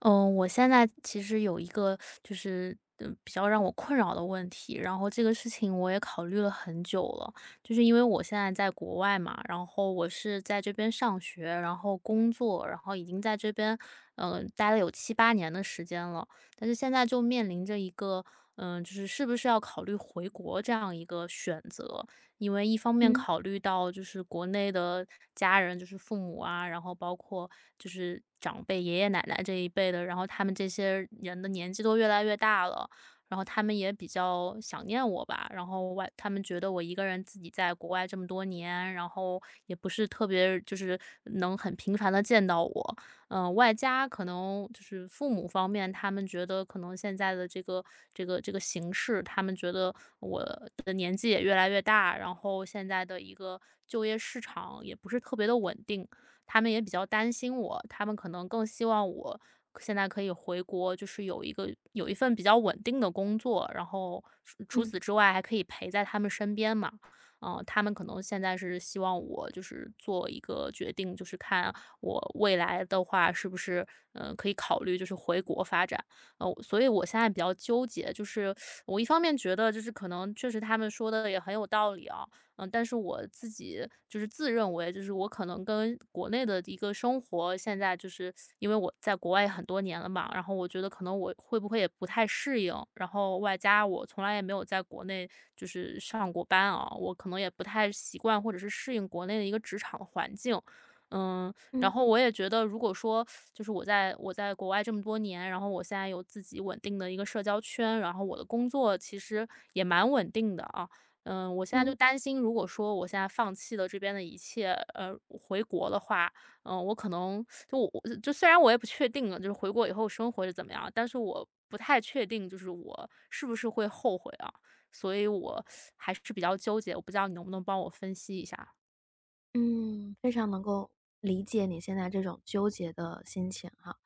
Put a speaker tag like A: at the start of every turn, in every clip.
A: 嗯，我现在其实有一个就是，比较让我困扰的问题，然后这个事情我也考虑了很久了。就是因为我现在在国外嘛，然后我是在这边上学，然后工作，然后已经在这边，待了有7、8年的时间了。但是现在就面临着一个，就是是不是要考虑回国这样一个选择。因为一方面
B: 嗯
A: 考虑到就是国内的家人，就是父母啊，然后包括就是长辈、爷爷奶奶这一辈的，然后他们这些人的年纪都越来越大了，然后他们也比较想念我吧，然后他们觉得我一个人自己在国外这么多年，然后也不是特别就是能很频繁的见到我，外加可能就是父母方面，他们觉得可能现在的这个形势，他们觉得我的年纪也越来越大，然后现在的一个就业市场也不是特别的稳定，他们也比较担心我，他们可能更希望我现在可以回国，就是有一个有一份比较稳定的工作，然后除除
B: 嗯
A: 此之外还可以陪在他们身边嘛。他们可能现在是希望我就是做一个决定，就是看我未来的话是不是，可以考虑就是回国发展。所以我现在比较纠结，就是我一方面觉得就是可能确实他们说的也很有道理啊，但是我自己就是自认为就是我可能跟国内的一个生活现在就是因为我在国外也很多年了嘛，然后我觉得可能我会不会也不太适应，然后外加我从来也没有在国内就是上过班啊，我可能也不太习惯或者是适应国内的一个职场环境。嗯，然
B: 嗯
A: 后我也觉得，如果说就是我在国外这么多年，然后我现在有自己稳定的一个社交圈，然后我的工作其实也蛮稳定的啊。我现在就
B: 嗯
A: 担心，如果说我现在放弃了这边的一切，回国的话，嗯，我可能就我就虽然我也不确定了，就是回国以后生活是怎么样，但是我不太确定，就是我是不是会后悔啊，所以我还是比较纠结，我不知道你能不能帮我分析一下。
B: 嗯，非常能够理解你现在这种纠结的心情哈。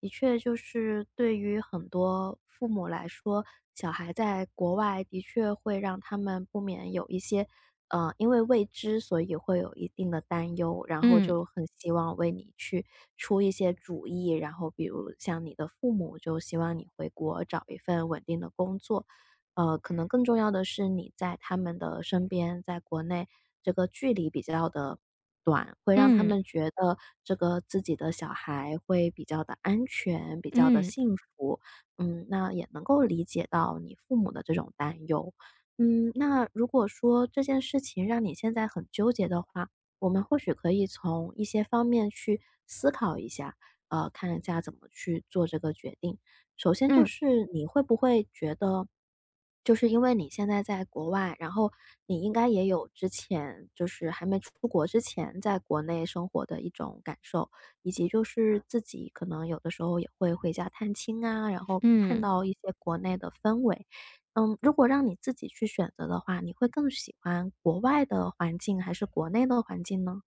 B: 的确，就是对于很多父母来说，小孩在国外的确会让他们不免有一些，因为未知，所以会有一定的担忧，然后
A: 嗯
B: 就很希望为你去出一些主意，然后比如像你的父母就希望你回国找一份稳定的工作，可能更重要的是你在他们的身边，在国内这个距离比较的短，会让他
A: 嗯
B: 们觉得这个自己的小孩会比较的安全，比较的
A: 嗯
B: 幸福。那也能够理解到你父母的这种担忧。那如果说这件事情让你现在很纠结的话，我们或许可以从一些方面去思考一下，看一下怎么去做这个决定。首先就
A: 嗯。
B: 是你会不会觉得，就是因为你现在在国外，然后你应该也有之前就是还没出国之前在国内生活的一种感受，以及就是自己可能有的时候也会回家探亲啊，然后看
A: 嗯，
B: 到一些国内的氛围。如果让你自己去选择的话，你会更喜欢国外的环境还是国内的环境呢？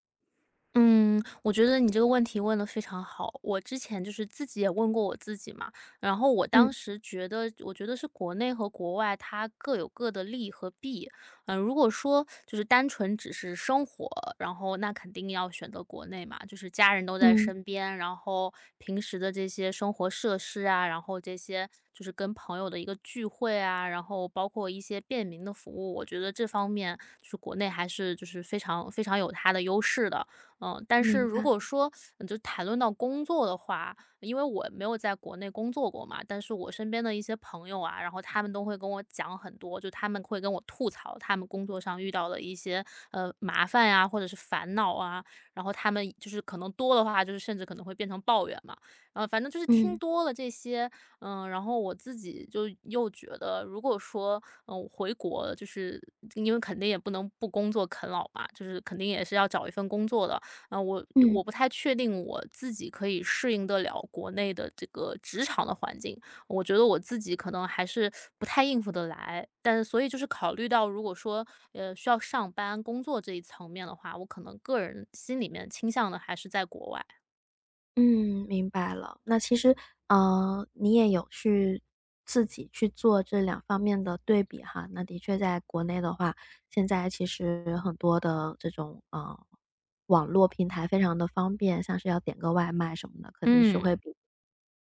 A: 嗯，我觉得你这个问题问的非常好。我之前就是自己也问过我自己嘛，然后我当
B: 嗯
A: 时觉得，我觉得是国内和国外它各有各的利和弊。如果说就是单纯只是生活，然后那肯定要选择国内嘛，就是家人都在
B: 嗯，
A: 身边，然后平时的这些生活设施啊，然后这些就是跟朋友的一个聚会啊，然后包括一些便民的服务，我觉得这方面就是国内还是就是非常非常有它的优势的。但是
B: 明
A: 如
B: 白，
A: 果说就谈论到工作的话，因为我没有在国内工作过嘛，但是我身边的一些朋友啊，然后他们都会跟我讲很多，就他们会跟我吐槽他们工作上遇到的一些麻烦呀、或者是烦恼啊，然后他们就是可能多的话，就是甚至可能会变成抱怨嘛，反正就是听
B: 嗯
A: 多了这些，然后我自己就又觉得，如果说我回国，就是因为肯定也不能不工作啃老嘛，就是肯定也是要找一份工作的，啊，我
B: 嗯。
A: 我不太确定我自己可以适应得了国内的这个职场的环境，我觉得我自己可能还是不太应付得来。但是，所以就是考虑到如果说，需要上班工作这一层面的话，我可能个人心里面倾向的还是在国外。
B: 嗯，明白了。那其实，你也有去自己去做这两方面的对比哈。那的确在国内的话，现在其实很多的这种，网络平台非常的方便，像是要点个外卖什么的，肯定是
A: 嗯
B: 会嗯比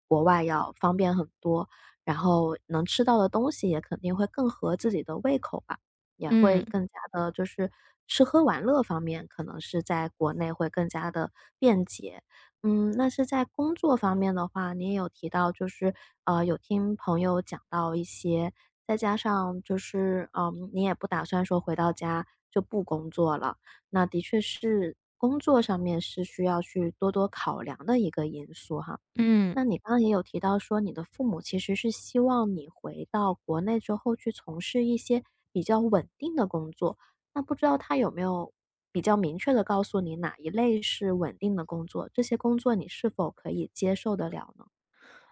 B: 国外要方便很多，然后能吃到的东西也肯定会更合自己的胃口吧，也会
A: 嗯
B: 更加的，就是吃喝玩乐方面，可能是在国内会更加的便捷。嗯，那是在工作方面的话，你也有提到，就是有听朋友讲到一些，再加上就是，你也不打算说回到家就不工作了，那的确是工作上面是需要去多多考量的一个因素哈。
A: 嗯。
B: 那你刚刚也有提到说，你的父母其实是希望你回到国内之后去从事一些比较稳定的工作，那不知道他有没有比较明确的告诉你哪一类是稳定的工作，这些工作你是否可以接受得了呢？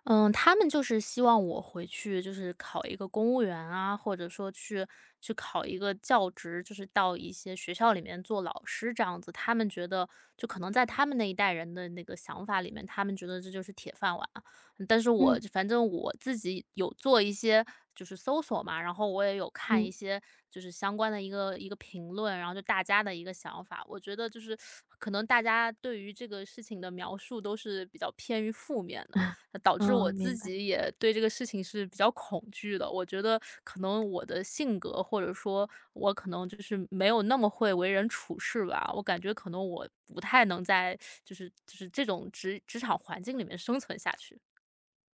A: 嗯，他们就是希望我回去就是考一个公务员啊，或者说去考一个教职，就是到一些学校里面做老师这样子。他们觉得就可能在他们那一代人的那个想法里面，他们觉得这就是铁饭碗啊。但是我
B: 嗯
A: 反正我自己有做一些就是搜索嘛，然后我也有看
B: 嗯
A: 一些就是相关的一个一个评论，然后就大家的一个想法。我觉得就是可能大家对于这个事情的描述都是比较偏于负面的。导致我
B: 嗯，明
A: 自
B: 白。
A: 己也对这个事情是比较恐惧的。我觉得可能我的性格，或者说我可能就是没有那么会为人处事吧，我感觉可能我不太能在就是这种职场环境里面生存下去。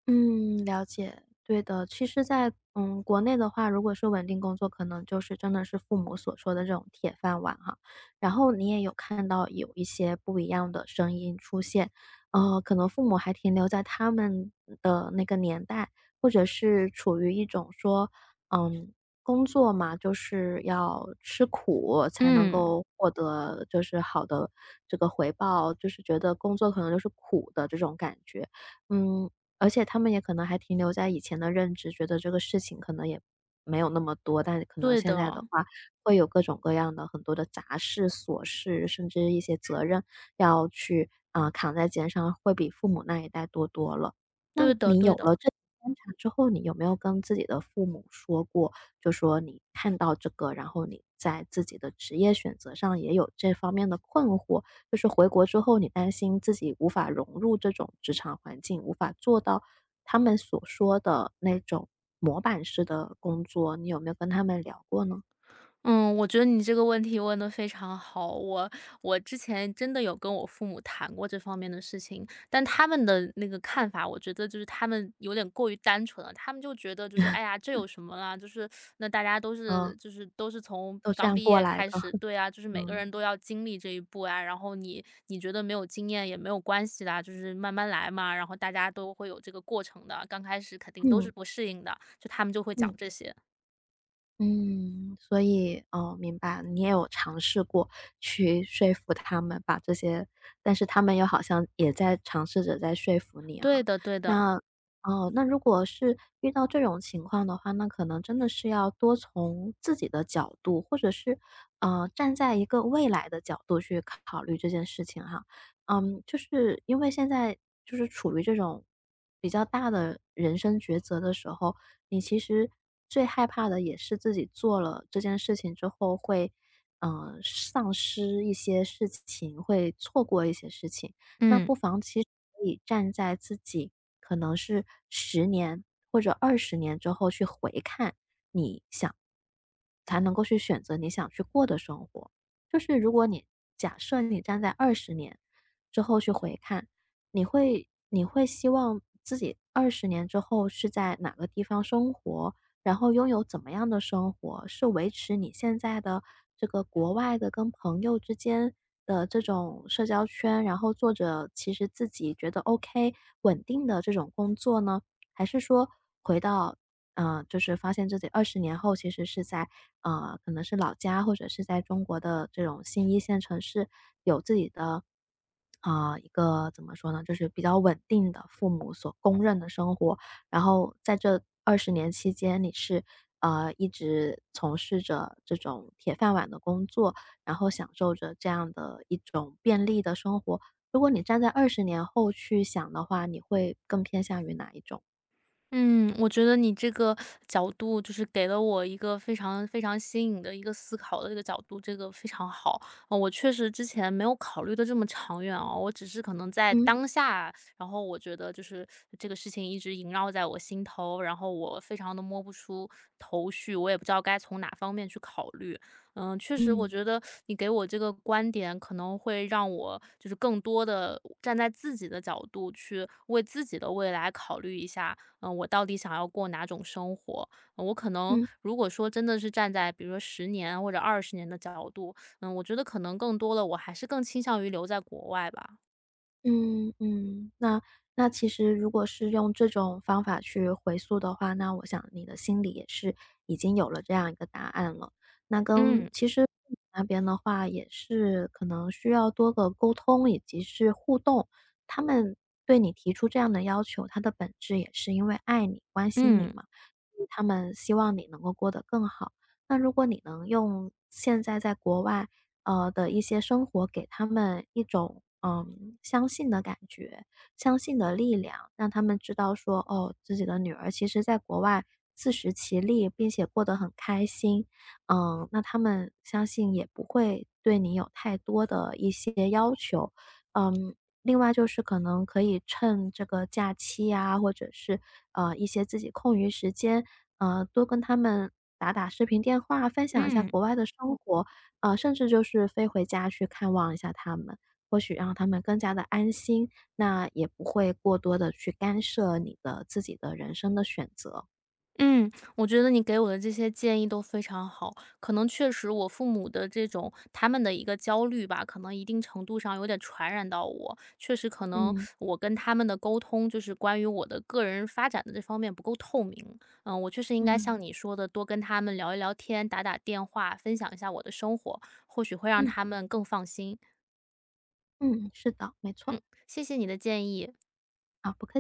B: 嗯，了解，对的。其实在，嗯，国内的话，如果是稳定工作，可能就是真的是父母所说的这种铁饭碗哈。然后你也有看到有一些不一样的声音出现，可能父母还停留在他们的那个年代，或者是处于一种说，嗯，工作嘛，就是要吃苦才能
A: 嗯，
B: 够获得就是好的这个回报，就是觉得工作可能就是苦的这种感觉。嗯，而且他们也可能还停留在以前的认知，觉得这个事情可能也没有那么多，但可能
A: 对
B: 现在的
A: 的，
B: 话，会有各种各样的很多的杂事、琐事，甚至一些责任要去，扛在肩上，会比父母那一代多多了。那
A: 对的，
B: 你有
A: 对的。
B: 了这观察之后，你有没有跟自己的父母说过，就说你看到这个，然后你在自己的职业选择上也有这方面的困惑，就是回国之后，你担心自己无法融入这种职场环境，无法做到他们所说的那种模板式的工作，你有没有跟他们聊过呢？
A: 嗯，我觉得你这个问题问得非常好。我之前真的有跟我父母谈过这方面的事情，但他们的那个看法，我觉得就是他们有点过于单纯了。他们就觉得就是哎 呀，这有什么啦？就是那大家都
B: 嗯，
A: 是就是都是从
B: 都这
A: 刚
B: 样
A: 毕
B: 过
A: 业
B: 来的，
A: 开始，对啊，就是每个
B: 嗯，
A: 人都要经历这一步啊。然后你觉得没有经验也没有关系啦，就是慢慢来嘛。然后大家都会有这个过程的，刚开始肯定都
B: 嗯，
A: 是不适应的，就他们就会讲
B: 嗯。
A: 这些。
B: 嗯，所以，哦，明白，你也有尝试过去说服他们把这些但是他们又好像也在尝试着在说服你哈。
A: 对的，对的，
B: 那哦，那如果是遇到这种情况的话，那可能真的是要多从自己的角度，或者是，站在一个未来的角度去考虑这件事情哈。就是因为现在就是处于这种比较大的人生抉择的时候，你其实最害怕的也是自己做了这件事情之后会，丧失一些事情，会错过一些事情。那
A: 嗯。
B: 不妨其实可以站在自己可能是十年或者二十年之后去回看，你想才能够去选择你想去过的生活。就是如果你假设你站在二十年之后去回看，你会希望自己二十年之后是在哪个地方生活，然后拥有怎么样的生活？是维持你现在的这个国外的跟朋友之间的这种社交圈，然后做着其实自己觉得 OK 稳定的这种工作呢？还是说回到嗯，就是发现自己二十年后其实是在，可能是老家或者是在中国的这种新一线城市有自己的，一个怎么说呢，就是比较稳定的父母所公认的生活。然后在这二十年期间，你是，一直从事着这种铁饭碗的工作，然后享受着这样的一种便利的生活。如果你站在二十年后去想的话，你会更偏向于哪一种？
A: 嗯，我觉得你这个角度就是给了我一个非常非常新颖的一个思考的这个角度，这个非常好。我确实之前没有考虑的这么长远哦，我只是可能在
B: 嗯
A: 当下，然后我觉得就是这个事情一直萦绕在我心头，然后我非常的摸不出头绪，我也不知道该从哪方面去考虑。嗯，确实，我
B: 嗯
A: 觉得你给我这个观点可能会让我就是更多的站在自己的角度去为自己的未来考虑一下，我到底想要过哪种生活？我可能
B: 嗯。
A: 如果说真的是站在比如说10年或者20年的角度，我觉得可能更多的我还是更倾向于留在国外吧。
B: 嗯嗯，那其实如果是用这种方法去回溯的话，那我想你的心里也是已经有了这样一个答案了。那跟
A: 嗯
B: 其实父母那边的话，也是可能需要多个沟通以及是互动。他们对你提出这样的要求，他的本质也是因为爱你、关心你
A: 嗯
B: 嘛，他们希望你能够过得更好。那如果你能用现在在国外的一些生活给他们一种，相信的感觉，相信的力量，让他们知道说，哦，自己的女儿其实在国外自食其力，并且过得很开心。那他们相信也不会对你有太多的一些要求。嗯，另外就是可能可以趁这个假期啊，或者是，一些自己空余时间，多跟他们打打视频电话，分享一下
A: 嗯，
B: 国外的生活。啊，甚至就是飞回家去看望一下他们，或许让他们更加的安心，那也不会过多的去干涉你的自己的人生的选择。
A: 嗯，我觉得你给我的这些建议都非常好。可能确实我父母的这种他们的一个焦虑吧，可能一定程度上有点传染到我。确实可能
B: 嗯，
A: 我跟他们的沟通，就是关于我的个人发展的这方面不够透明。嗯，我确实应该
B: 嗯。
A: 像你说的，多跟他们聊一聊天，打打电话，分享一下我的生活，或许会让
B: 嗯，
A: 他们更放心。
B: 嗯，是的，没错，
A: 谢谢你的建议。
B: 好，不客